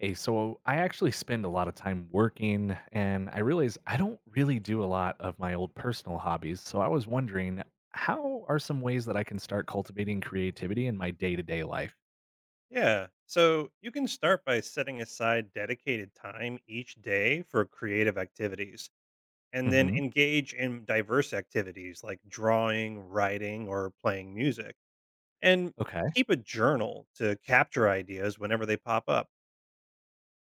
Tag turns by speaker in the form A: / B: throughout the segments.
A: Hey, so I actually spend a lot of time working, and I realize I don't really do a lot of my old personal hobbies. So I was wondering, how are some ways that I can start cultivating creativity in my day to day life?
B: Yeah. So you can start by setting aside dedicated time each day for creative activities and then
A: Hmm.
B: engage in diverse activities like drawing, writing, or playing music. And
A: Okay.
B: keep a journal to capture ideas whenever they pop up.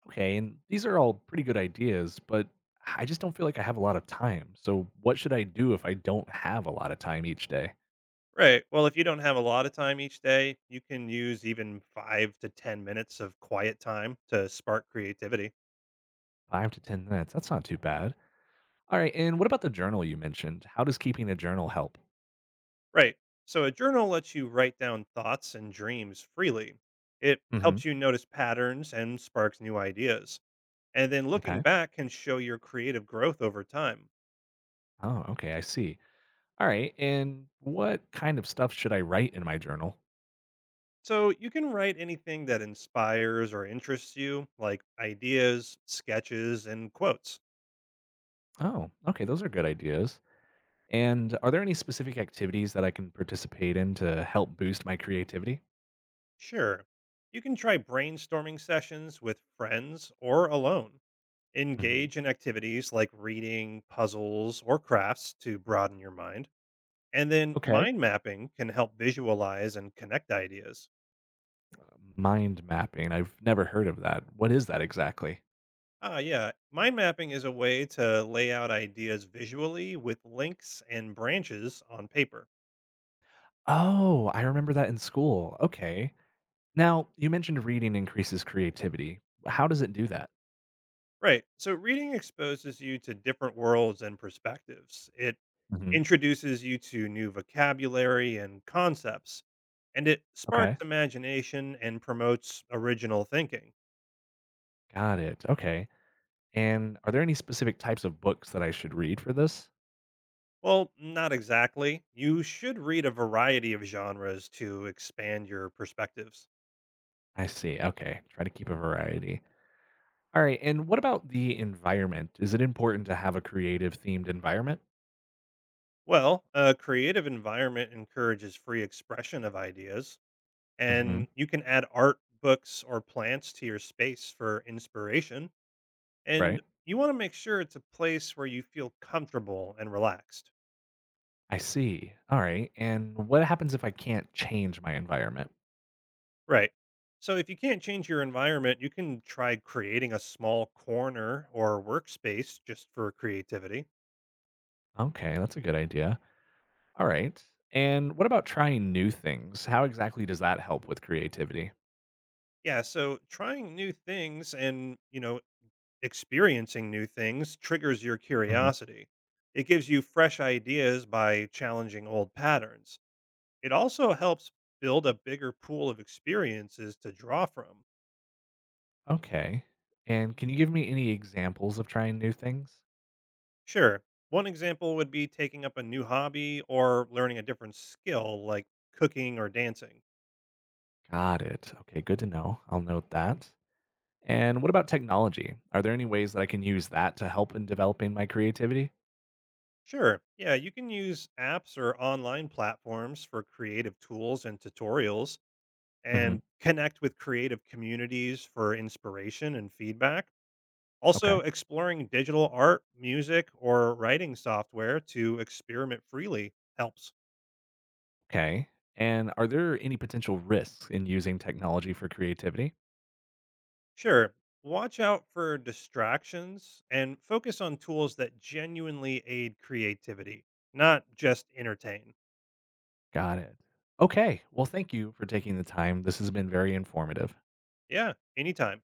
A: Okay. And these are all pretty good ideas, but I just don't feel like I have a lot of time. So what should I do if I don't have a lot of time each day?
B: Right. Well, if you don't have a lot of time each day, you can use even five to 10 minutes of quiet time to spark creativity.
A: Five to 10 minutes. That's not too bad. All right. And what about the journal you mentioned? How does keeping a journal help?
B: Right. So a journal lets you write down thoughts and dreams freely. It
A: Hmm.
B: helps you notice patterns and sparks new ideas. And then looking
A: Okay.
B: back can show your creative growth over time.
A: Oh, okay. I see. All right. And what kind of stuff should I write in my journal?
B: So you can write anything that inspires or interests you, like ideas, sketches, and quotes.
A: Oh, okay. Those are good ideas. And are there any specific activities that I can participate in to help boost my creativity?
B: Sure. You can try brainstorming sessions with friends or alone.
A: Hmm.
B: Engage in activities like reading, puzzles, or crafts to broaden your mind. And then
A: Okay.
B: mind mapping can help visualize and connect ideas.
A: Mind mapping. I've never heard of that. What is that exactly?
B: Yeah. Mind mapping is a way to lay out ideas visually with links and branches on paper.
A: Oh, I remember that in school. Okay. Now, you mentioned reading increases creativity. How does it do that?
B: Right. So reading exposes you to different worlds and perspectives. It
A: Hmm.
B: introduces you to new vocabulary and concepts, and it sparks
A: Okay.
B: imagination and promotes original thinking.
A: Got it. Okay. And are there any specific types of books that I should read for this?
B: Well, not exactly. You should read a variety of genres to expand your perspectives.
A: I see. Okay. Try to keep a variety. All right. And what about the environment? Is it important to have a creative themed environment?
B: Well, a creative environment encourages free expression of ideas,
A: Hmm.
B: and you can add art, books, or plants to your space for inspiration. And
A: Right.
B: you want to make sure it's a place where you feel comfortable and relaxed.
A: I see. All right. And what happens if I can't change my environment?
B: Right. So, if you can't change your environment, you can try creating a small corner or workspace just for creativity.
A: Okay, that's a good idea. All right. And what about trying new things? How exactly does that help with creativity?
B: Yeah, so trying new things and, experiencing new things triggers your
A: Hmm.
B: curiosity. It gives you fresh ideas by challenging old patterns. It also helps build a bigger pool of experiences to draw from.
A: Okay. And can you give me any examples of trying new things?
B: Sure, one example would be taking up a new hobby or learning a different skill like cooking or dancing.
A: Got it. Okay, good to know. I'll note that. And what about technology? Are there any ways that I can use that to help in developing my creativity?
B: Sure, yeah, you can use apps or online platforms for creative tools and tutorials
A: Hmm.
B: and connect with creative communities for inspiration and feedback.
A: Okay.
B: Also, exploring digital art, music, or writing software to experiment freely helps.
A: Okay. And are there any potential risks in using technology for creativity?
B: Sure, watch out for distractions and focus on tools that genuinely aid creativity, not just entertain.
A: Got it. Okay. Well, thank you for taking the time. This has been very informative.
B: Yeah, anytime.